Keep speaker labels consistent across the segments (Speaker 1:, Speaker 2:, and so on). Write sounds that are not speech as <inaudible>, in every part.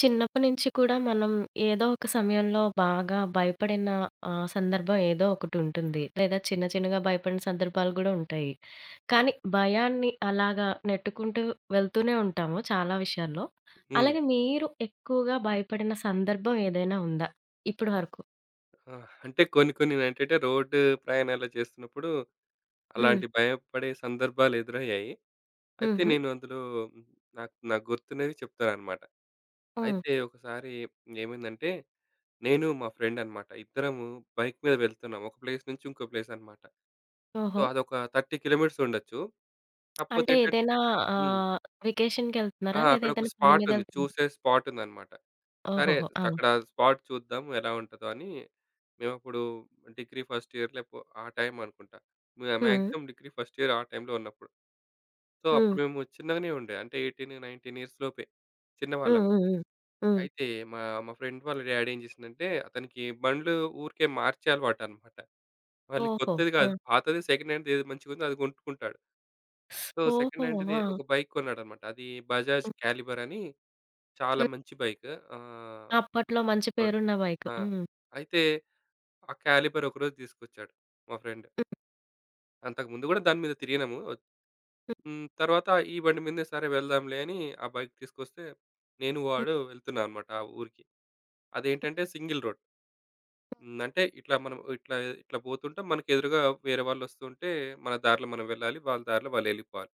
Speaker 1: చిన్నప్పటి నుంచి కూడా మనం ఏదో ఒక సమయంలో బాగా భయపడిన సందర్భం ఏదో ఒకటుంటుంది. లేదా చిన్న చిన్నగా భయపడిన సందర్భాలు గూడా ఉంటాయి. కానీ భయాన్ని అలాగా నెట్టుకుంటూ వెళ్తూనే ఉంటాము చాలా విషయాల్లో.
Speaker 2: హ్మ్.
Speaker 1: అలాగే మీరు ఎక్కువగా భయపడిన సందర్భం ఏదైనా ఉందా ఇప్పటి వరకు?
Speaker 2: ఆ! అంటే కొన్ని కొన్ని నేంటంటే రోడ్డు ప్రయాణాలు చేస్తున్నప్పుడు
Speaker 1: హ్మ్.
Speaker 2: అలాంటి భయపడే సందర్భాలు ఎదురయ్యాయి. అయితే
Speaker 1: హుహు.
Speaker 2: నేను అందులో ఉమ్, నాకు నాకు గుర్తున్నవి చెప్తానన్నమాట.
Speaker 1: హ్మ్.
Speaker 2: అయితే ఒకసారి ఏమైందంటే నేను మా ఫ్రెండ్ అన్నమాట. ఇద్దరము బైక్ మీద వెళ్తున్నాం. ఒక ప్లేస్ నుంచి ఇంకో ప్లేస్ అన్నమాట. సో,
Speaker 1: ఓహో!
Speaker 2: అదొక 30 కిలోమీటర్స్ ఉండొచ్చు. కాకపోతే
Speaker 1: అంటే
Speaker 2: ఏంటంటే
Speaker 1: ఏదైనా
Speaker 2: హ్మ్.
Speaker 1: ఆహ్,
Speaker 2: ఆ!
Speaker 1: వెకేషన్‌కెళ్తున్నారా? లేదా
Speaker 2: అక్కడ ఒక
Speaker 1: ఏదైనా పని
Speaker 2: స్పాట్
Speaker 1: మీద
Speaker 2: ఉంది.
Speaker 1: వెళ్తున్నారా?
Speaker 2: చూసే స్పాట్ ఉందన్నమాట. సరే.
Speaker 1: ఓహోహో! ఆ!
Speaker 2: అక్కడ స్పాట్ చూద్దాం ఎలా ఉంటదో అని మేమప్పుడు డిగ్రీ ఫస్ట్ ఇయర్ లేపో ఆ టైం అనుకుంటా.
Speaker 1: హ్మ్.
Speaker 2: మాక్సిమం డిగ్రీ ఫస్ట్ ఇయర్ ఆ టైంలో ఉన్నప్పుడు. సో,
Speaker 1: హ్మ్.
Speaker 2: అప్పుడు మేము చిన్నగానే ఉండే. అంటే 18, 19 ఇయర్స్ లోపే
Speaker 1: హ్మ్.
Speaker 2: చిన్నవాళ్ళమే.
Speaker 1: హ్మ్. హ్మ్. హ్మ్.
Speaker 2: అయితే మా మా ఫ్రెండ్ వాళ్ళ డ్యాడీ ఏం చేసిందంటే అతనికి బండ్లు ఊరికే మార్చే అలవాటనమాట. మళ్ళీ
Speaker 1: ఓహో!
Speaker 2: కొత్తది
Speaker 1: ఆ!
Speaker 2: కాదు. పాతది సెకండ్ హ్యాండ్‌ది ఏది మంచిగుందో అది కొంటుకుంటాడు. సో, సెకండ్
Speaker 1: ఓహో!
Speaker 2: హ్యాండ్‌ది
Speaker 1: ఆ!
Speaker 2: ఒక బైక్ కొన్నాడనమాట. అది బజాజ్
Speaker 1: హ్మ్.
Speaker 2: క్యాలిబర్ అని చాలా
Speaker 1: హ్మ్.
Speaker 2: మంచి బైక్. ఆహ్,
Speaker 1: అప్పట్లో మంచి
Speaker 2: అప్పట్
Speaker 1: పేరున్న బైకు.
Speaker 2: ఆ!
Speaker 1: హ్మ్.
Speaker 2: అయితే ఆ క్యాలిపర్ ఒకరోజు తీసుకొచ్చాడు మా ఫ్రెండ్. అంతకుముందు గూడా దాని మీద తిరిగినాము.
Speaker 1: హ్మ్.
Speaker 2: హ్మ్. తర్వాత ఈ బండి మీదనే సరే వెళ్దాంలే అని ఆ బైక్ తీసుకొస్తే నేను
Speaker 1: హ్మ్.
Speaker 2: వాడు వెళ్తున్నాం అనమాట ఆ ఊరికి. అదేంటంటే సింగిల్ రోడ్. హ్మ్. అంటే ఇట్లా మనం ఇట్లా ఇట్లా పోతుంటే మనకు ఎదురుగా వేరే వాళ్ళొస్తుంటే మన దారిలో మనం వెళ్ళాలి. వాళ్ళ దారిలో వాళ్ళెళ్ళిపోవాలి.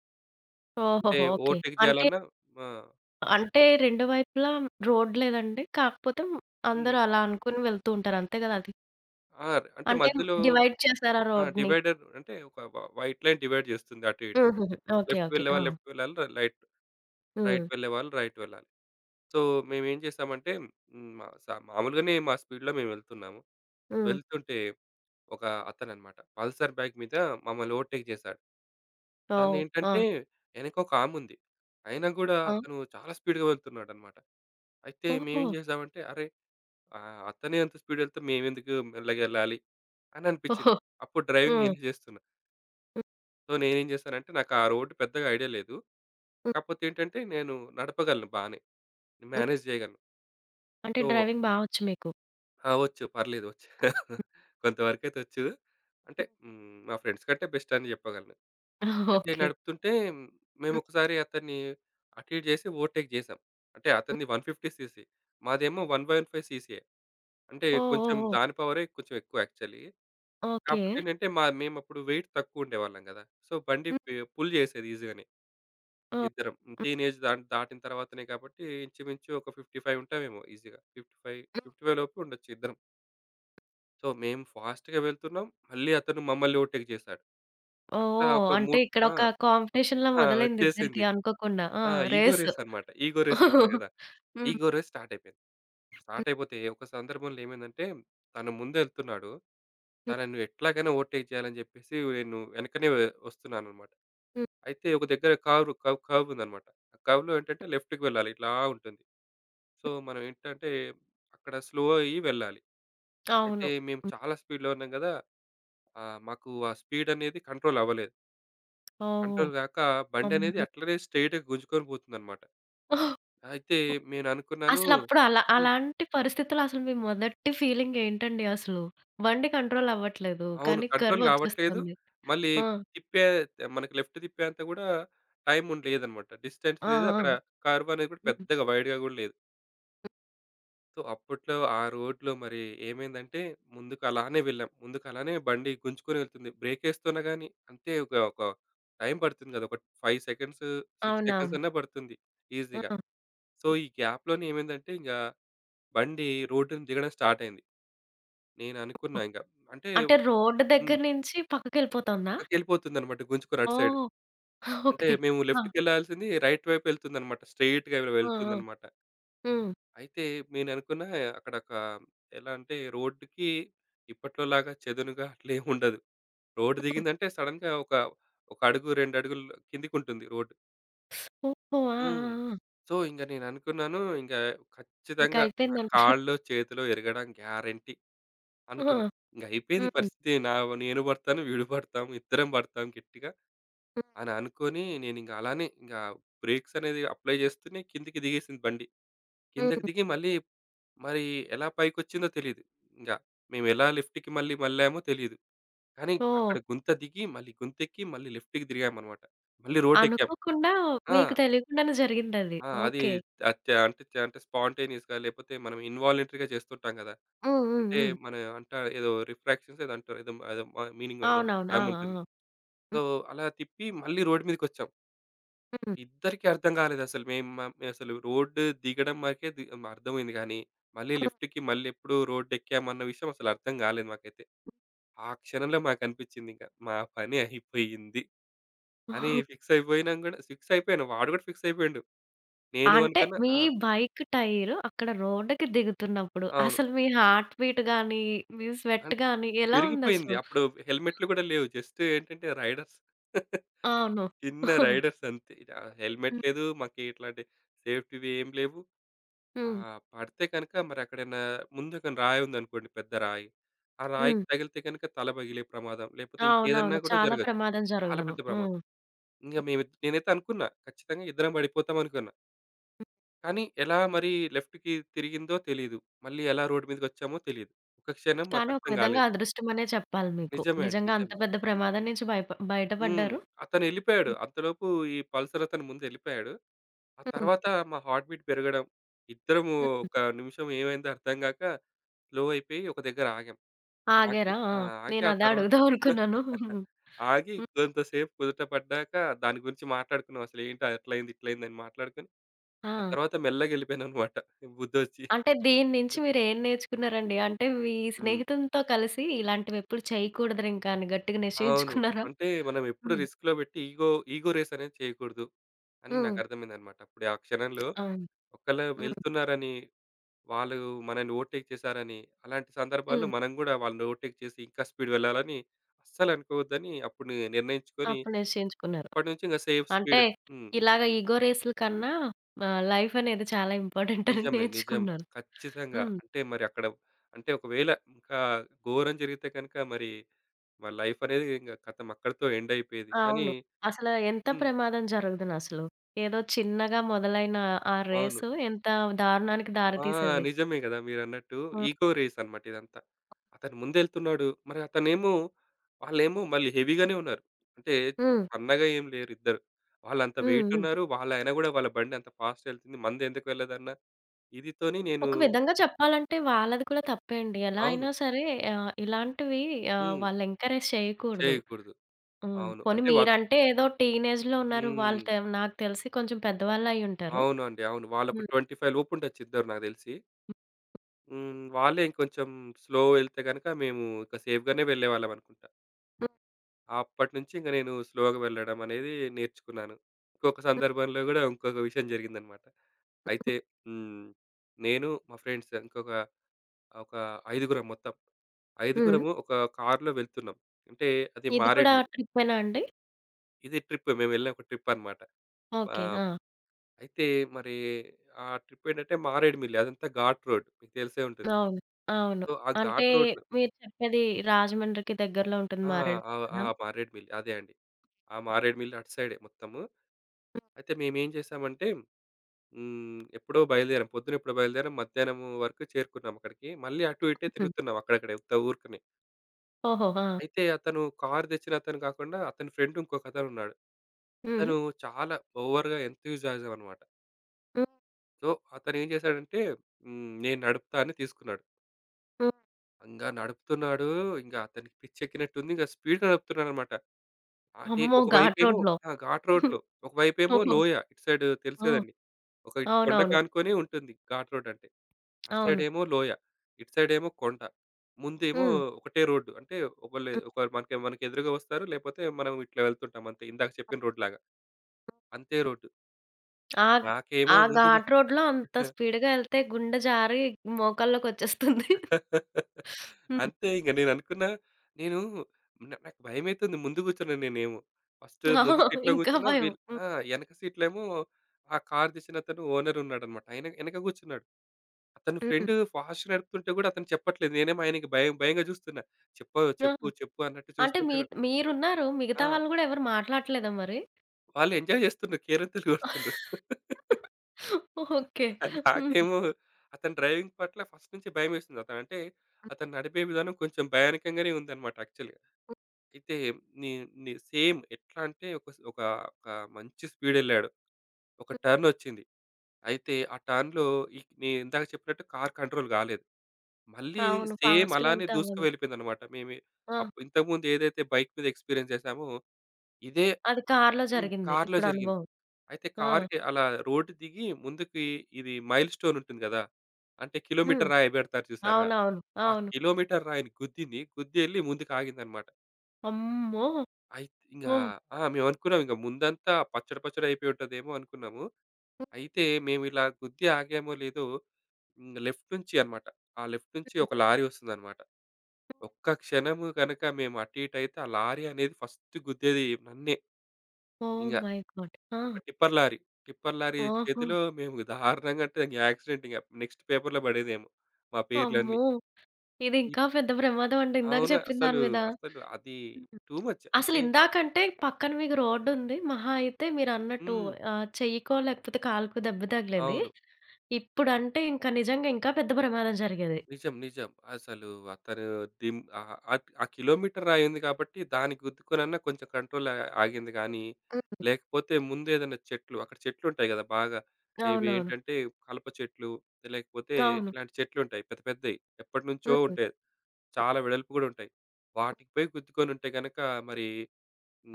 Speaker 2: అంటే
Speaker 1: ఓహోహో! ఓకే.
Speaker 2: ఓవర్‌టేక్
Speaker 1: అంటే,
Speaker 2: చేయాలన్నా ఆ!
Speaker 1: అంటే 2 వైపులా రోడ్ లేదండి. కాకపోతే
Speaker 2: హ్మ్.
Speaker 1: అందరూ అలా అనుకుని వెళ్తూ ఉంటారు. అంతే గదా! అది.
Speaker 2: ఆ! అంటే
Speaker 1: అంటే
Speaker 2: మధ్యలో
Speaker 1: డివైడ్ చేసారా
Speaker 2: ఆ!
Speaker 1: రోడ్‌ని?
Speaker 2: డివైడర్ అంటే ఒక వైట్ లైన్ డివైడ్ చేస్తుంది అటు ఇటు.
Speaker 1: హుహుహు. ఓకే.
Speaker 2: Left
Speaker 1: okay. ఆ!
Speaker 2: వెళ్ళేవాళ్ళు లెఫ్ట్ వెళ్ళాలి. రైట్
Speaker 1: హ్మ్.
Speaker 2: రైట్ వెళ్ళేవాళ్ళు రైట్ వెళ్ళాలి. సో, మేమేం చేసామంటే హ్మ్. మా స మామూలుగానే మా స్పీడ్‌లో మేము వెళ్తున్నాము.
Speaker 1: హ్మ్.
Speaker 2: వెళ్తుంటే ఒక అతనన్నమాట పల్సర్ బైక్ మీద మమ్మల్ని ఓవర్‌టేక్ చేశాడు.
Speaker 1: ఓహ్! ఆ!
Speaker 2: తనేంటంటే వెనక ఒక ఆముంది. అయినా గూడా
Speaker 1: ఆ!
Speaker 2: అతను చాలా స్పీడ్‌గా వెళ్తున్నాడన్నమాట. అయితే
Speaker 1: ఓహో!
Speaker 2: మేమేం చేసామంటే అరే! అతనే అంత స్పీడ్ వెళ్తే మేమెందుకు మెల్లగెళ్ళాలి అని
Speaker 1: ఓహో!
Speaker 2: అనిపించింది. అప్పుడు డ్రైవింగ్
Speaker 1: హ్మ్.
Speaker 2: నేనే చేస్తున్నా.
Speaker 1: హ్మ్.
Speaker 2: సో, నేనేం చేశానంటే నాకు ఆ రోడ్ పెద్దగా ఐడియా లేదు.
Speaker 1: హ్మ్.
Speaker 2: కాకపోతే ఏంటంటే నేను నడపగలను బానే.
Speaker 1: హ్మ్.
Speaker 2: మేనేజ్ చేయగలను.
Speaker 1: అంటే
Speaker 2: సో
Speaker 1: డ్రైవింగ్ బా వచ్చు మీకు.
Speaker 2: ఆ! వచ్చు. పర్లేదు వచ్చు. <laughs> కొంతవరకైతే వచ్చు. అంటే మా ఫ్రెండ్స్ కంటే బెస్ట్ అని చెప్పగలను. అయితే
Speaker 1: ఓకే.
Speaker 2: నడుపుతుంటే
Speaker 1: హ్మ్.
Speaker 2: మేమొకసారి అతన్ని అటు ఇటు చేసి ఓవర్‌టేక్ చేసాం. అంటే
Speaker 1: హ్మ్.
Speaker 2: అతనిది 150 సీసీ. మాదేమో 1/5 సీసీయే. అంటే
Speaker 1: ఓహ్!
Speaker 2: కొంచెం
Speaker 1: ఓహ్! ఓహ్!
Speaker 2: దాని పవరే కొంచెం ఎక్కువ యాక్చువల్లీ.
Speaker 1: ఓకే.
Speaker 2: కాకపోతే ఏంటంటే మేమప్పుడు వెయిట్ తక్కువ ఉండేవాళ్ళం కదా! సో బండి
Speaker 1: హ్మ్.
Speaker 2: పుల్ చేసేది ఈజీగానే.
Speaker 1: ఓహ్!
Speaker 2: ఇద్దరం
Speaker 1: హ్మ్.
Speaker 2: టీనేజ్ దాటిన తర్వాతనే కాబట్టి ఇంచుమించు ఒక 55 ఉంటామేమో ఈజీగా. 55, 55 లోపు ఉండొచ్చు ఇద్దరం. సో, మేము ఫాస్ట్‌గా వెళ్తున్నాం. మళ్ళీ అతను మమ్మల్ని ఓవర్‌టేక్ చేసాడు. అట్లా
Speaker 1: ఓహ్!
Speaker 2: ఒక
Speaker 1: అంటే
Speaker 2: మూడ్ ఆ!
Speaker 1: ఇక్కడొక కాంపిటీషన్‌లా
Speaker 2: ఆ!
Speaker 1: మొదలైంది ఇద్దరికీ
Speaker 2: వచ్చేసింది.
Speaker 1: అనుకోకుండా. ఆ!
Speaker 2: ఆ! Ego
Speaker 1: race.
Speaker 2: రేస్ అన్నమాట. ఈగో రేస్ అంటారు కదా!
Speaker 1: హ్మ్.
Speaker 2: ఈగో రేస్ స్టార్ట్ అయిపోయింది.
Speaker 1: హ్మ్.
Speaker 2: స్టార్ట్ అయిపోతే ఒక సందర్భంలో ఏమైందంటే, తను ముందెళ్తున్నాడు.
Speaker 1: హ్మ్.
Speaker 2: తనను ఎట్లాగైనా ఓవర్‌టేక్ చేయాలని చెప్పేసి నేను వెనకనే వస్తున్నానన్నమాట.
Speaker 1: హ్మ్.
Speaker 2: అయితే ఒక దగ్గర కర్వ్ కర్వ్ కర్వ్ ఉందన్నమాట. ఆ కర్వ్‌లో ఏంటంటే లెఫ్ట్‌కి వెళ్ళాలి. ఇట్లా ఉంటుంది. సో, మనం ఏంటంటే అక్కడ స్లో అయ్యి వెళ్ళాలి. అయితే
Speaker 1: అవును.
Speaker 2: మేము
Speaker 1: హ్మ్.
Speaker 2: చాలా స్పీడ్‌లో ఉన్నాం కదా! ఆ! మాకు ఆ స్పీడ్ అనేది కంట్రోల్ అవ్వలేదు.
Speaker 1: ఓహ్!
Speaker 2: కంట్రోల్ గాక బండనేది
Speaker 1: అమ్మో!
Speaker 2: అట్లనే స్ట్రెయిట్‌గా గుంజుకొని పోతుందన్నమాట. అయితే నేననుకున్నాను
Speaker 1: అసలప్పుడు అలా
Speaker 2: హ్మ్.
Speaker 1: అలాంటి పరిస్థితుల్లో అసలు మీ మొదటి ఫీలింగ్ ఏంటండి అసలు? బండి కంట్రోల్ అవ్వట్లేదు.
Speaker 2: అవును.
Speaker 1: కానీ
Speaker 2: కంట్రోల్ కావట్లేదు.
Speaker 1: కర్వొచ్చేస్తుంది.
Speaker 2: మళ్ళీ
Speaker 1: ఆ!
Speaker 2: తిప్పే మనకి లెఫ్ట్ తిప్పేంత కూడా టైమ్ ఉండ లేదన్నమాట. డిస్టెన్స్
Speaker 1: ఆ!
Speaker 2: లేదు. అక్కడ
Speaker 1: ఆ!
Speaker 2: కర్వ్ అనేది కూడా
Speaker 1: హ్మ్.
Speaker 2: పెద్దగా వైడ్‌గా కూడా లేదు. సో, అప్పట్లో ఆ రోడ్‌లో మరి ఏమైందంటే ముందుకు అలానే వెళ్ళాం. ముందుకు అలానే బండి గుంజుకొని వెళ్తుంది. బ్రేకేస్తున్నా గాని అంతే ఒక ఒక టైం పడుతుంది కదా! ఒక 5 సెకండ్స్, 6 సెకండ్స్
Speaker 1: అవునవును.
Speaker 2: అన్నా పడుతుంది ఈజీగా.
Speaker 1: ఆ!
Speaker 2: సో, ఈ గ్యాప్‌లోనే ఏమైందంటే ఇంగ బండి రోడ్డున దిగడం స్టార్ట్ అయింది. నేను అనుకున్నా
Speaker 1: ఓహ్!
Speaker 2: ఇంగ. అంటే
Speaker 1: అంటే
Speaker 2: ఒక
Speaker 1: రోడ్డు
Speaker 2: హ్మ్.
Speaker 1: దగ్గర నుంచి పక్కకెళ్ళిపోతుందా?
Speaker 2: పక్కకెళ్ళిపోతుందనమాట గుంజుకొని అటు సైడ్.
Speaker 1: ఓహ్!
Speaker 2: అంటే
Speaker 1: ఓకే.
Speaker 2: మేము
Speaker 1: ఆ!
Speaker 2: లెఫ్ట్‌కెళ్ళాల్సింది రైట్ వైపెళ్తుందనమాట. స్ట్రెయిట్‌గా
Speaker 1: ఆ! ఆ!
Speaker 2: వెళ్తుందనమాట.
Speaker 1: హ్మ్.
Speaker 2: అయితే నేననుకున్నా అక్కడొక ఎలా అంటే రోడ్డుకి ఇప్పట్లోలాగా చదునుగా అట్లేముండదు. రోడ్డు
Speaker 1: హ్మ్.
Speaker 2: దిగిందంటే సడెన్‌గా ఒక అడుగు, 2 అడుగులు కిందకుంటుంది రోడ్డు.
Speaker 1: ఓహో! ఆ!
Speaker 2: హ్మ్.
Speaker 1: ఆ! ఆ!
Speaker 2: సో, ఇంగ నేననుకున్నాను ఇంగ ఖచ్చితంగా నా
Speaker 1: ఇంకయిపోయిందను
Speaker 2: కాళ్ళో, చేతిలో ఇరగడం గ్యారంటీ.
Speaker 1: ఆ!
Speaker 2: అనుకున్నా. ఇంగయిపోయింది
Speaker 1: హ్మ్.
Speaker 2: పరిస్థితి. నేను పడతాను, వీడు పడతాం, ఇద్దరం పడతాం గట్టిగా
Speaker 1: హ్మ్.
Speaker 2: అని అనుకోని నేనింక అలానే ఇంక బ్రేక్స్ అనేది అప్లై చేస్తూనే కిందకి దిగేసింది బండి.
Speaker 1: హ్మ్.
Speaker 2: కిందకి దిగి మళ్ళీ మరి ఎలా పైకొచ్చిందో తెలీదు. ఇంగ మేమెలా లెఫ్ట్‌కి మళ్ళీ మళ్ళామో తెలీదు. కానీ
Speaker 1: ఓహ్!
Speaker 2: అక్కడ గుంత దిగి, మళ్ళీ గుంతెక్కి, మళ్ళీ లెఫ్ట్‌కి దిగామనమాట. మళ్ళీ రోడ్డెక్కాం.
Speaker 1: అనుకోకుండా
Speaker 2: ఆ!
Speaker 1: మీకు తెలియకుండానే జరిగిందది.
Speaker 2: ఆ! అది
Speaker 1: ఓకే.
Speaker 2: అంటే, అంటే స్పాంటేనియస్‌గా లేకపోతే మనం ఇన్‌వాలంటరీ‌గా చేస్తుంటాం కదా!
Speaker 1: హ్మ్. హ్మ్.
Speaker 2: అంటే
Speaker 1: హ్మ్.
Speaker 2: మన అంట ఏదో రిఫ్రాక్షన్స్ ఏదో అంటారు. ఏదో ఏదో మీనింగ్ ఏదో
Speaker 1: అవునవును. ఆ!
Speaker 2: టర్మ్ ఉంటుంది.
Speaker 1: ఆ!
Speaker 2: సో,
Speaker 1: హ్మ్.
Speaker 2: అలా తిప్పి మళ్ళీ రోడ్ మీదకొచ్చాం.
Speaker 1: హ్మ్.
Speaker 2: ఇద్దరికీ అర్థం కాలేదసలు. మేము మ అసలు రోడ్ దిగడం వరకే అర్థమైంది గానీ, మళ్ళీ
Speaker 1: హ్మ్.
Speaker 2: లెఫ్ట్‌కి మళ్ళీ ఎప్పుడు రోడ్ ఎక్కామన్న విషయం అసలు అర్థం కాలేదు మాకైతే. ఆ క్షణంలో మాకనిపించిందింక మా పని అయిపోయింది అని ఫిక్స్ అయిపోయినాం కూడా ఫిక్స్ అయిపోయాను. వాడు కూడా ఫిక్స్ అయిపోయిండు. నేను
Speaker 1: అంటే
Speaker 2: అనుకున్నా
Speaker 1: మీ
Speaker 2: ఆ!
Speaker 1: బైక్ టైరు అక్కడ రోడ్డుకి దిగుతున్నప్పుడు
Speaker 2: అవును.
Speaker 1: అసలు మీ హార్ట్ బీట్ గాని, మీ
Speaker 2: అన్
Speaker 1: స్వెట్ గాని ఎలా
Speaker 2: పెరిగిపోయింది.
Speaker 1: ఉందసలు?
Speaker 2: అప్పుడు హెల్మెట్లు కూడా లేవు. జస్ట్ ఏంటంటే రైడర్స్.
Speaker 1: అవును.
Speaker 2: చిన్న
Speaker 1: <laughs>
Speaker 2: రైడర్స్ అంతే. ఆ హెల్మెట్
Speaker 1: హ్మ్.
Speaker 2: లేదు. మాకు ఇట్లాంటి సేఫ్టీవి ఏం లేవు.
Speaker 1: హ్మ్.
Speaker 2: పడితే గనక మరి అక్కడేనా ముందు ఒక రాయి ఉందనుకోండి పెద్ద రాయి. ఆ
Speaker 1: హ్మ్.
Speaker 2: రాయికి తగిలితే గనక తల పగిలే ప్రమాదం. లేకపోతే ఇంకేదన్నా
Speaker 1: అవునవును.
Speaker 2: గూడా
Speaker 1: చాలా
Speaker 2: జరగొచ్చు.
Speaker 1: ప్రమాదం
Speaker 2: చాలా
Speaker 1: జరుగుదును.
Speaker 2: పెద్ద ప్రమాదం.
Speaker 1: హ్మ్.
Speaker 2: ఇంక మేము నేనైతే అనుకున్నా. ఖచ్చితంగా ఇద్దరం పడిపోతాం అనుకున్నా. కానీ ఎలా మరి లెఫ్ట్‌కి తిరిగిందో తెలీదు. మళ్ళీ ఎలా రోడ్ మీదకొచ్చామో తెలీదు. ఒక క్షణం
Speaker 1: కానీ ఒక
Speaker 2: మాకర్థం
Speaker 1: విధంగా
Speaker 2: గాలేదు.
Speaker 1: అదృష్టమనే చెప్పాలి మీకు.
Speaker 2: నిజమే అండి.
Speaker 1: నిజంగా అంత
Speaker 2: నిజమే.
Speaker 1: పెద్ద ప్రమాదం నుంచి భయప
Speaker 2: హ్మ్.
Speaker 1: బయటపడ్డారు.
Speaker 2: అతనెళ్ళిపోయాడు.
Speaker 1: హ్మ్.
Speaker 2: అంతలోపు ఈ పల్సర్ అతను ముందెళ్ళిపోయాడు. ఆ
Speaker 1: హ్మ్.
Speaker 2: తర్వాత మా హార్ట్ బీట్ పెరగడం. ఇద్దరము ఒక నిమిషం ఏమైందో అర్థం గాక స్లో అయిపోయి ఒక దగ్గర ఆగాం. ఆగి
Speaker 1: ఆగారా? ఆ!
Speaker 2: ఆ! ఆగి ఆ
Speaker 1: నేనదే
Speaker 2: తర్వాత
Speaker 1: అడుగుదాం అనుకున్నాను.
Speaker 2: <laughs> ఆగి
Speaker 1: హ్మ్.
Speaker 2: కొంతసేపు కుదుట పడ్డాక దాని గురించి మాట్లాడుకున్నాం. అసలేంటి అట్లయింది, ఇట్లయిందని మాట్లాడుకొని ఆ
Speaker 1: ఆ!
Speaker 2: తర్వాత మెల్లగా ఎళ్ళిపోయాననమాట బుద్దొచ్చి. <laughs>
Speaker 1: అంటే దీని నుంచి మీరేం నేర్చుకున్నారండి? అంటే మీ
Speaker 2: హ్మ్.
Speaker 1: స్నేహితునితో కలిసి ఇలాంటివెప్పుడు చేయకూడదురింకా అని గట్టిగా
Speaker 2: అవును.
Speaker 1: నిశ్చయించుకున్నారా?
Speaker 2: అంటే మనం ఎప్పుడు
Speaker 1: హ్మ్.
Speaker 2: రిస్క్‌లో పెట్టి ఈగో రేస్ అనేది చేయకూడదు అని
Speaker 1: హ్మ్.
Speaker 2: నాకర్థమైందనమాట. అప్పుడే ఆ క్షణంలో
Speaker 1: అవును.
Speaker 2: ఒకళ్ళు
Speaker 1: హ్మ్.
Speaker 2: వెళ్తున్నారని వాళ్ళు మనల్ని ఓవర్‌టేక్ చేశారని, అలాంటి సందర్భాల్లో
Speaker 1: హ్మ్.
Speaker 2: మనం గూడా వాళ్ళని ఓవర్‌టేక్ చేసి ఇంకా స్పీడ్ వెళ్ళాలని అస్సలు అనుకోవద్దని అప్పుడు నిర్ణయించుకొని
Speaker 1: అప్పుడు నిశ్చయించుకున్నారు.
Speaker 2: అప్పటినుంచి ఇంక సేఫ్
Speaker 1: అంటే
Speaker 2: స్పీడ్. హ్మ్.
Speaker 1: ఇలాగ ఇగో రేసుల కన్నా లైఫనేది చాలా ఇంపార్టెంట్ అని
Speaker 2: నిజమే. నిజం.
Speaker 1: నేర్చుకున్నారు.
Speaker 2: ఖచ్చితంగా.
Speaker 1: హ్మ్.
Speaker 2: అంటే మరి అక్కడ అంటే ఒకవేళ ఇంకా ఘోరం జరిగితే కనుక మరి, మన లైఫ్ అనేది ఇంక ఖతం అక్కడితో ఎండ్ అయిపోయేది. కానీ
Speaker 1: అవును. అసల ఎంత
Speaker 2: హ్మ్.
Speaker 1: ప్రమాదం జరుగుదునసలు? ఏదో చిన్నగా మొదలైన ఆ
Speaker 2: అవును.
Speaker 1: రేసు ఎంత దారుణానికి దారి
Speaker 2: ఆ!
Speaker 1: తీసేది.
Speaker 2: నిజమే గదా! మీరన్నట్టు.
Speaker 1: హ్మ్.
Speaker 2: ఈగో రేస్ అన్నమాట ఇదంతా. అతను ముందెళ్తున్నాడు. మరి అతనేమో వాళ్ళేమో మళ్ళీ హెవీగానే ఉన్నారు. అంటే
Speaker 1: హ్మ్.
Speaker 2: సన్నగా ఏం లేరు ఇద్దరు. వాళ్ళంత
Speaker 1: హ్మ్.
Speaker 2: వెయిట్
Speaker 1: హ్మ్.
Speaker 2: ఉన్నారు. వాళ్ళైనా గూడా వాళ్ళ బండి అంత ఫాస్ట్‌గా ఎళ్తుంది. మందెందుకు వెళ్ళదన్న ఇదితోని నేను
Speaker 1: ఒక విధంగా చెప్పాలంటే వాళ్ళది కూడా తప్పే అండి. ఎలా
Speaker 2: అవును.
Speaker 1: అయినా సరే ఇలాంటివి
Speaker 2: హ్మ్.
Speaker 1: వాళ్ళు ఎంకరేజ్ చేయకూడదు.
Speaker 2: చేయకూడదు.
Speaker 1: హ్మ్.
Speaker 2: అవును.
Speaker 1: పోనీ
Speaker 2: అంటే
Speaker 1: మీరంటే ఏదో టీనేజ్‌లో ఉన్నారు. వాళ్ళు
Speaker 2: హ్మ్.
Speaker 1: తె నాకు తెలిసి కొంచెం పెద్దవాళ్ళు అయ్యుంటారు.
Speaker 2: అవునండి. అవును. వాళ్ళొక
Speaker 1: హ్మ్.
Speaker 2: 25 లోపు ఉండొచ్చు ఇద్దరు నాకు దెలిసి. హ్మ్. వాళ్ళే ఇంకొంచెం స్లో ఎళ్తే గనక మేము ఇంకా సేఫ్‌గానే వెళ్ళేవాళ్ళమనుకుంటా.
Speaker 1: హ్మ్.
Speaker 2: అప్పటినుంచి ఇంక నేను స్లోగా వెళ్ళడం అనేది నేర్చుకున్నాను. ఇంకొక
Speaker 1: హ్మ్.
Speaker 2: సందర్భంలో గూడా ఇంకొక విషయం జరిగిందనమాట. అయితే హ్మ్. నేను మా ఫ్రెండ్స్ ఇంకొక ఒక ఐదుగురం మొత్తం.
Speaker 1: హ్మ్.
Speaker 2: ఐదుగురము ఒక కారులో వెళ్తున్నాం. అంటే అది
Speaker 1: ఇది కూడా
Speaker 2: మారేడుమిల్లి.
Speaker 1: ట్రిప్పేనా అండి?
Speaker 2: ఇది ట్రిప్ మేమెళ్ళిన ఒక ట్రిప్ అనమాట.
Speaker 1: ఓకే.
Speaker 2: ఆహ్,
Speaker 1: ఆ!
Speaker 2: అయితే మరి ఆ ట్రిప్ ఏంటంటే మారేడుమిల్లి. అదంతా ఘాట్ రోడ్. మీకు తెలిసే ఉంటుంది.
Speaker 1: అవును. అవును.
Speaker 2: సో, ఆ
Speaker 1: అంటే
Speaker 2: ఘాట్ రోడ్‌లో
Speaker 1: మీరు చెప్పేది రాజమండ్రికి దగ్గరలో ఉంటుంది
Speaker 2: ఆ! ఆ!
Speaker 1: మారేడుమిల్లి
Speaker 2: ఆ
Speaker 1: కదా!
Speaker 2: మారేడుమిల్లి. అదే అండి. ఆ మారేడుమిల్లి అటు సైడే మొత్తము. అయితే మేమేం చేసామంటే హ్మ్. ఎప్పుడో బయలుదేరాం. పొద్దున ఎప్పుడో బయలుదేరాం. మధ్యాహ్నం వరకు చేరుకున్నాం అక్కడికి. మళ్ళీ అటు ఇటే
Speaker 1: హ్మ్.
Speaker 2: తిరుగుతున్నాం అక్కడక్కడ ఉత్త ఊరుకనే.
Speaker 1: ఓహో! ఆ!
Speaker 2: అయితే అతను కారు తెచ్చిన అతను కాకుండా అతని ఫ్రెండ్ ఇంకొకతనున్నాడు. అతను ఉన్నాడు,
Speaker 1: హ్మ్.
Speaker 2: అతను చాలా ఓవర్‌గా ఎంథ్యూసియాజం అనమాట.
Speaker 1: హ్మ్.
Speaker 2: సో, అతనేం చేశాడంటే హ్మ్. నేను నడుపుతా అని తీసుకున్నాడు.
Speaker 1: హ్మ్.
Speaker 2: ఇంగ నడుపుతున్నాడు. ఇంగ అతనికి పిచ్చెక్కినట్టుంది. ఇంగ స్పీడ్‌గా నడుపుతున్నాడనమాట. అటే
Speaker 1: అమ్మో! ఘాట్
Speaker 2: ఒకవైపేమో
Speaker 1: రోడ్‌లో.
Speaker 2: ఆ! ఘాట్ రోడ్‌లో, ఒకవైపేమో
Speaker 1: ఓహో!
Speaker 2: లోయ. ఇటు సైడ్ తెలుసు
Speaker 1: ఆ!
Speaker 2: కదండీ! ఇటు
Speaker 1: అవునవును.
Speaker 2: కొండకానుకొని ఉంటుంది ఘాట్ రోడ్ అంటే. అటు
Speaker 1: అవును.
Speaker 2: సైడేమో లోయ. ఇటు సైడేమో కొండ. ముందేమో
Speaker 1: హ్మ్.
Speaker 2: ఒకటే రోడ్డు. అంటే ఒకళ్ళు
Speaker 1: హ్మ్.
Speaker 2: ఒకరు మనకెదురుగా వస్తారు. లేపోతే మనం ఇట్లా వెళ్తుంటాం అంతే. ఇందాక చెప్పిన రోడ్డులాగా. అంతే రోడ్డు.
Speaker 1: ఆ
Speaker 2: నాకేమో
Speaker 1: ఆ
Speaker 2: ముందు
Speaker 1: ఘాట్ రోడ్‌లో అంత స్పీడ్‌గా ఎళ్తే గుండె జారి మోకాల్లోకొచ్చేస్తుంది.
Speaker 2: <laughs>
Speaker 1: హ్మ్.
Speaker 2: అంతే ఇంక నేననుకున్నా నేను నాకు భయమైతుంది ముందు కూర్చున్నాను నేనేమో. ఫస్ట్
Speaker 1: ఆ!
Speaker 2: ముందు సీట్‌లో
Speaker 1: ఇంకా
Speaker 2: కూర్చున్నా
Speaker 1: భయం.
Speaker 2: వీళ్ళు
Speaker 1: హ్మ్.
Speaker 2: ఆ! ఎనక సీట్‌లో ఏమో ఆ కార్ తీసిన అతను ఓనర్ ఉన్నాడన్నమాట. ఆయన ఎనక కూర్చున్నాడు. అతని
Speaker 1: హ్మ్.
Speaker 2: ఫ్రెండ్ ఫాస్ట్‌గా నడుపుతుంటే గూడా అతను చెప్పట్లేదు. నేనేమో ఆయనకి భయం భయంగా జూస్తున్నా. చెప్పు,
Speaker 1: ఆ!
Speaker 2: చెప్పు, చెప్పు అన్నట్టు
Speaker 1: అంటే
Speaker 2: చూస్తుంటే
Speaker 1: మీ
Speaker 2: గూడా
Speaker 1: మీరున్నారు. మిగతా
Speaker 2: ఆ!
Speaker 1: వాళ్ళు గూడా ఎవరు మాట్లాడట్లేదా మరి?
Speaker 2: వాళ్ళు ఎంజాయ్ జేస్తున్నారు. కేరింతలు కొడుతుండ్రు. <laughs>
Speaker 1: ఓకే. హ్మ్.
Speaker 2: నాకేమో అతని డ్రైవింగ్ పట్ల ఫస్ట్ నుంచి భయమేసింది. అతనంటే అతను అంటే అతను నడిపే విధానం కొంచెం భయానకంగానే ఉందన్నమాట యాక్చువల్‌గా. అయితే నే నే సేమ్ ఎట్లా అంటే ఒక ఒక మంచి స్పీడెళ్ళాడు. ఒక టర్నొచ్చింది. అయితే ఆ టర్న్‌లో నేను ఇందాక చెప్పినట్టు కార్ కంట్రోల్ గాలేదు. మళ్ళీ
Speaker 1: అవును.
Speaker 2: సేమ్
Speaker 1: ఫాస్ట్‌గా
Speaker 2: అలానే
Speaker 1: ఎళ్తే
Speaker 2: దూసుకు
Speaker 1: అవ్వదు.
Speaker 2: వెళ్ళిపోయిందనమాట.
Speaker 1: ఆ!
Speaker 2: ఇంతకుముందు ఏదైతే బైక్ మీద ఎక్స్‌పీరియన్స్ చేసామో, ఇదే
Speaker 1: అది
Speaker 2: ఆహ్,
Speaker 1: కార్‌లో
Speaker 2: హ్మ్.
Speaker 1: జరిగింది
Speaker 2: కార్‌లో
Speaker 1: ఇప్పుడు
Speaker 2: జరిగింది.
Speaker 1: అనుభవం.
Speaker 2: అయితే
Speaker 1: ఆ!
Speaker 2: కార్‌కి అలా రోడ్ దిగి ముందుకి ఇది మైల్ స్టోన్ ఉంటుంది గదా! అంటే
Speaker 1: హ్మ్.
Speaker 2: కిలోమీటర్ రాయి పెడతారు చూసారా?
Speaker 1: అవునవును.
Speaker 2: ఆ
Speaker 1: అవును.
Speaker 2: కిలోమీటర్ రాయిని గుద్దింది. గుద్ది ఎళ్లి ముందుకు ఆగిందనమాట.
Speaker 1: అమ్మో!
Speaker 2: అయి ఇంగా
Speaker 1: ఆ!
Speaker 2: ఆ! మేమనుకున్నాం ఇంక ముందంతా పచ్చడి పచ్చడి అయిపోయి ఉంటదేమో అనుకున్నాము. అయితే మేమిలా గుద్ది ఆగామో లేదో, హ్మ్. లెఫ్ట్ నుంచి అనమాట. ఆ లెఫ్ట్ నుంచి ఒక లారీ వస్తుందనమాట. ఒక్క క్షణము గనక మేము అటు ఇటు అయితే ఆ లారీ అనేది ఫస్ట్ గుద్దేది నన్నే.
Speaker 1: ఓహ్
Speaker 2: ఇంగ
Speaker 1: మై గాడ్! ఆ!
Speaker 2: ఒక టిప్పర్ లారీ. టిప్పర్ లారీ
Speaker 1: ఆహా!
Speaker 2: చేతిలో మేము దారుణంగా అంటే ఇంగ యాక్సిడెంట్ ఇంగ నెక్స్ట్ పేపర్‌లో పడేదేమో మా పేర్లన్నీ.
Speaker 1: అమ్మో! ఇది
Speaker 2: ఇప్
Speaker 1: ఇంకా పెద్ద ప్రమాదం అండి. ఇందాక
Speaker 2: అవును.
Speaker 1: చెప్పిన దాని మీద.
Speaker 2: అసలు అది
Speaker 1: హ్మ్.
Speaker 2: Too much.
Speaker 1: అసలు
Speaker 2: అంటే
Speaker 1: ఇందాకంటే పక్కన మీకు రోడ్డుంది. మహా అయితే మీరన్నట్టు
Speaker 2: హ్మ్.
Speaker 1: చెయ్యికో లేకపోతే కాలుకో దెబ్బ తగిలేది.
Speaker 2: అవును.
Speaker 1: ఇప్పుడంటే ఇంకా నిజంగా ఇంకా పెద్ద ప్రమాదం జరిగేది.
Speaker 2: నిజం. నిజం. అసలు అతను ఆహ్, ఆహ్, ఆ కిలోమీటర్ అయింది కాబట్టి దానికి గుద్దుకొనన్నా కొంచెం కంట్రోల్ ఆగింది గానీ,
Speaker 1: హ్మ్.
Speaker 2: లేకపోతే ముందేదైనా చెట్లు అక్కడ చెట్లుంటాయి గదా! బాగా
Speaker 1: అవునవును.
Speaker 2: ఇవేంటంటే కలప చెట్లు, లేకపోతే
Speaker 1: అవును.
Speaker 2: ఇలాంటి చెట్లుంటాయి పెద్ద పెద్దయి. ఎప్పటినుంచో
Speaker 1: హ్మ్.
Speaker 2: ఉంటాయి. చాలా వెడల్పు గూడా ఉంటాయి. వాటికి పోయి గుద్దుకొనుంటే గనక మరి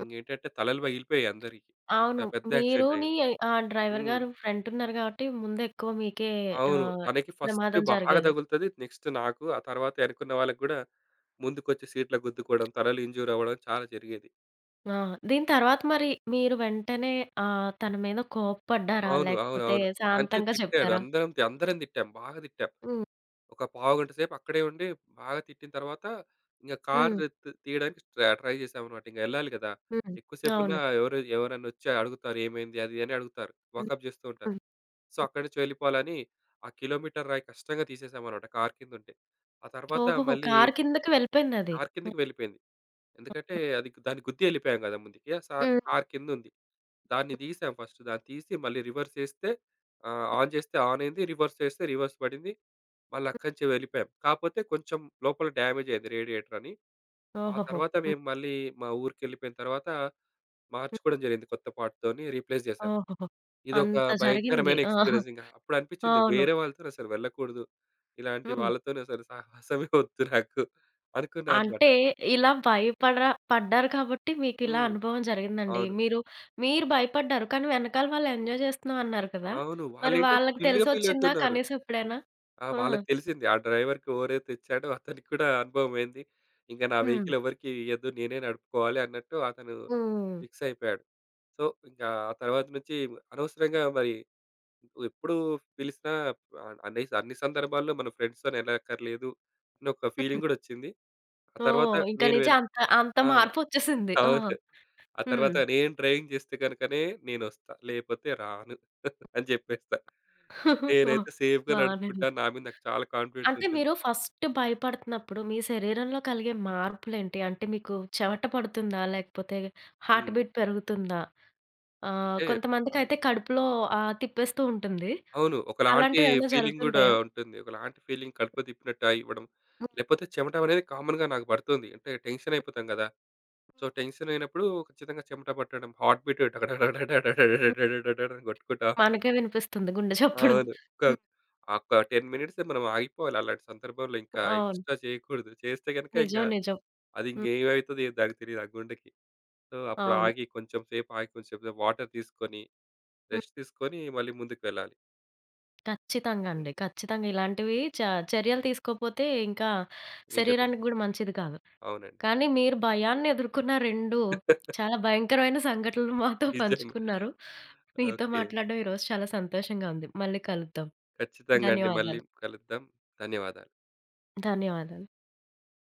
Speaker 1: హ్మ్.
Speaker 2: ఏంటంటే తలలు పగిలిపోయాయి అందరికి. అంత
Speaker 1: అవును.
Speaker 2: పెద్ద యాక్సిడెంట్
Speaker 1: మీరుని
Speaker 2: అయ్యేది.
Speaker 1: ఆ డ్రైవర్
Speaker 2: హ్మ్.
Speaker 1: గారు ఫ్రెంట్ ఉన్నారు కాబట్టి ముందు ఎక్కువ మీకే
Speaker 2: అవును.
Speaker 1: ఆహ్,
Speaker 2: తనకి ఫస్ట్
Speaker 1: ప్రమాదం
Speaker 2: బాగా
Speaker 1: జరిగేది.
Speaker 2: తగులుతది. నెక్స్ట్ నాకు. ఆ తర్వాత ఎనకున్న వాళ్ళకి గూడా ముందుకొచ్చి సీట్ల గుద్దుకోవడం, తలలు ఇంజ్యూర్ అవ్వడం చాలా జరిగేది.
Speaker 1: ఆ! దీని తర్వాత మరి మీరు వెంటనే తన మీద కోప్పడ్డారా?
Speaker 2: అవును.
Speaker 1: లేకపోతే
Speaker 2: అవునవును. అంటే
Speaker 1: శాంతంగా
Speaker 2: తిట్టాడు.
Speaker 1: చెప్పారా?
Speaker 2: అందరం తిట్టాం. బాగా తిట్టాం.
Speaker 1: హ్మ్.
Speaker 2: ఒక పావుగంట సేపు అక్కడే ఉండి బాగా తిట్టిన తర్వాత ఇంక కారు
Speaker 1: హ్మ్.
Speaker 2: తీ తీయడానికి ట్రై ట్రై చేశామన్నమాట. ఇంక ఎళ్ళాలి గదా!
Speaker 1: హ్మ్.
Speaker 2: ఎక్కువసేపున్నా
Speaker 1: అవును.
Speaker 2: ఎవరైనా వచ్చి అడుగుతారు. ఏమైంది? అది ఇది అని అడుగుతారు.
Speaker 1: హ్మ్.
Speaker 2: వాకప్ చేస్తూ ఉంటారు.
Speaker 1: హ్మ్.
Speaker 2: సో, అక్కడి నుంచి వెళ్ళిపోవాలని ఆ కిలోమీటర్ రాయి కష్టంగా తీసేసామన్నమాట కారు కిందుంటే. ఆ తర్వాత
Speaker 1: ఓహోహో!
Speaker 2: మళ్ళీ
Speaker 1: కారు కిందకి వెళ్ళిపోయిందది.
Speaker 2: కారు కిందకి
Speaker 1: హ్మ్.
Speaker 2: వెళ్ళిపోయింది. ఎందుకంటే అది దాన్ని గుద్ది ఎళ్ళిపోయాం గదా! ముందుకి. ఆ సా
Speaker 1: హ్మ్.
Speaker 2: కారు కిందుంది. దాన్ని తీసాం ఫస్ట్. దాన్ని తీసి మళ్ళీ రివర్స్ ఏస్తే ఆన్ చేస్తే ఆన్ అయింది. రివర్స్ ఏస్తే రివర్స్ పడింది. మళ్ళీ అక్కడి నుంచి వెళ్ళిపోయాం. కాపోతే కొంచెం లోపల డ్యామేజ్ అయింది రేడియేటర్ అని. ఆ
Speaker 1: ఓహోహో!
Speaker 2: తర్వాత
Speaker 1: హ్మ్.
Speaker 2: మేము మళ్ళీ మా ఊరికెళ్ళిపోయిన తర్వాత
Speaker 1: హ్మ్.
Speaker 2: మార్చుకోవడం జరిగింది. కొత్త పార్ట్‌తోని రీప్లేస్ చేశాం.
Speaker 1: ఓహోహో!
Speaker 2: ఇదొక
Speaker 1: అంత జరిగింది.
Speaker 2: భయంకరమైన
Speaker 1: ఆ!
Speaker 2: ఎక్స్‌పీరియన్స్ ఇంగ. అప్పుడు అనిపించింది
Speaker 1: అవును.
Speaker 2: వేరే వాళ్ళతోని అసలు వెళ్ళకూడదు. ఇలాంటి
Speaker 1: హ్మ్.
Speaker 2: వాళ్ళతోని అసలు సహవాసమే వద్దు నాకు అనుకున్నా అనమాట.
Speaker 1: అంటే ఇలా భయపడరా పడ్డారు కాబట్టి మీకిలా
Speaker 2: హ్మ్.
Speaker 1: అనుభవం జరిగిందండి.
Speaker 2: అవును.
Speaker 1: మీరు, మీరు భయపడ్డారు. కానీ వెనకాల వాళ్ళు ఎంజాయ్ చేస్తున్నాం అన్నారు కదా!
Speaker 2: అవును.
Speaker 1: మరి
Speaker 2: వాళ్ళేంటంటే
Speaker 1: వాళ్ళకి
Speaker 2: చిల్‌గా
Speaker 1: తెలిసొచ్చిందా
Speaker 2: ఫీలవుతున్నారు.
Speaker 1: కనీసం ఎప్పుడైనా?
Speaker 2: ఆ!
Speaker 1: ఆ!
Speaker 2: వాళ్ళకి తెలిసింది. ఆ డ్రైవర్‌కి ఎవరైతే ఇచ్చాడో అతనికి కూడా అనుభవమైంది. ఇంక నా
Speaker 1: హ్మ్.
Speaker 2: వెహికల్ ఎవరికీ ఇయ్యద్దు. నేనే నడుపుకోవాలి అన్నట్టు అతను
Speaker 1: హ్మ్.
Speaker 2: ఫిక్స్ అయిపోయాడు. సో, ఇంకా ఆ తర్వాత నుంచి అనవసరంగా మరి ఎప్పుడు పిలిసినా ఆహ్, అన్ని అన్ని సందర్భాల్లో మన ఫ్రెండ్స్‌తోని ఎళ్ళక్కర్లేదు అని ఒక
Speaker 1: హ్మ్.
Speaker 2: ఫీలింగ్ గూడొచ్చింది. ఆ తర్వాత
Speaker 1: ఓహ్! ఇంక
Speaker 2: నేను
Speaker 1: నుంచి
Speaker 2: వెళ్
Speaker 1: అంత, అంత
Speaker 2: ఆ!
Speaker 1: మార్పొచ్చేసింది. ఆ!
Speaker 2: అవును. ఆ
Speaker 1: హ్మ్.
Speaker 2: తర్వాత నేను డ్రైవింగ్ చేస్తే గనుకనే నేనొస్తా. లేపోతే రాను <laughs> అని జెప్పేస్తా.
Speaker 1: ఓహ్!
Speaker 2: నేనైతే సేఫ్‌గా
Speaker 1: బానే
Speaker 2: నడుపుకుంటా.
Speaker 1: ఉంది.
Speaker 2: నా మీద నాకు చాలా కాన్ఫిడెన్స్
Speaker 1: అంటే
Speaker 2: ఉంటుంది.
Speaker 1: మీరు ఫస్ట్ భయపడుతున్నప్పుడు మీ శరీరంలో కలిగే మార్పులేంటి? అంటే మీకు చెమట పడుతుందా? లేకపోతే హార్ట్
Speaker 2: హ్మ్.
Speaker 1: బీట్ పెరుగుతుందా?
Speaker 2: అంటే హ్మ్.
Speaker 1: కొంతమందికైతే కడుపులో తిప్పేస్తూ ఉంటుంది.
Speaker 2: అవును. ఒకలాంటి
Speaker 1: అలాంటివేమైనా
Speaker 2: ఫీలింగ్ గూడా
Speaker 1: జరుగుతుంటాయా?
Speaker 2: ఉంటుంది. ఒకలాంటి ఫీలింగ్ కడుపులో తిప్పినట్టు అయి ఇవ్వడం.
Speaker 1: హ్మ్.
Speaker 2: లేపోతే చెమట అనేది కామన్‌గా నాకు పడుతుంది. అంటే టెన్షన్ అయిపోతాం గదా! సో, టెన్షన్ అయినప్పుడు ఖచ్చితంగా చెమట పట్టడం. హార్ట్ బీట్
Speaker 1: హ్మ్.
Speaker 2: డగడగడగడగడగడగడగడని కొట్టుకుంటా
Speaker 1: మనకే వినిపిస్తుంది గుండె చప్పుడు.
Speaker 2: అవును. ఒక
Speaker 1: హ్మ్.
Speaker 2: ఒక 10 మినిట్స్ మనం ఆగిపోవాలి. అలాంటి సందర్భంలో ఇంకా
Speaker 1: అవును.
Speaker 2: ఎక్స్‌ట్రా చేయకూడదు. చేస్తే గనుక ఇంకా
Speaker 1: నిజం. నిజం.
Speaker 2: అది
Speaker 1: హ్మ్.
Speaker 2: ఇంకేమైతదో ఏమో దానికి తెలీదు ఆ గుండెకి. సో, అప్పుడు
Speaker 1: అవును.
Speaker 2: ఆగి కొంచెం సేపు వాటర్ తీసుకొని,
Speaker 1: హ్మ్.
Speaker 2: రెస్ట్ తీసుకొని మళ్ళీ ముందుకు వెళ్ళాలి.
Speaker 1: ఖచ్చితంగా అండి.
Speaker 2: హ్మ్.
Speaker 1: ఖచ్చితంగా ఇలాంటివి చ చర్యలు తీసుకోకపోతే ఇంకా
Speaker 2: నిజమే.
Speaker 1: శరీరానికి గూడా మంచిది కాదు.
Speaker 2: అవునండి.
Speaker 1: కానీ మీరు భయాన్ని ఎదుర్కొన్న 2
Speaker 2: <laughs>
Speaker 1: చాలా భయంకరమైన సంఘటనలు మాతో <laughs>
Speaker 2: నిజం.
Speaker 1: పంచుకున్నారు. మీతో
Speaker 2: ఓకే.
Speaker 1: మాట్లాడడం ఈరోజు చాలా సంతోషంగా ఉంది. మళ్ళీ కలుద్దాం.
Speaker 2: ఖచ్చితంగా అండి. మళ్ళీ
Speaker 1: ధన్యవాదాలు.
Speaker 2: కలుద్దాం. ధన్యవాదాలు.
Speaker 1: ధన్యవాదాలు.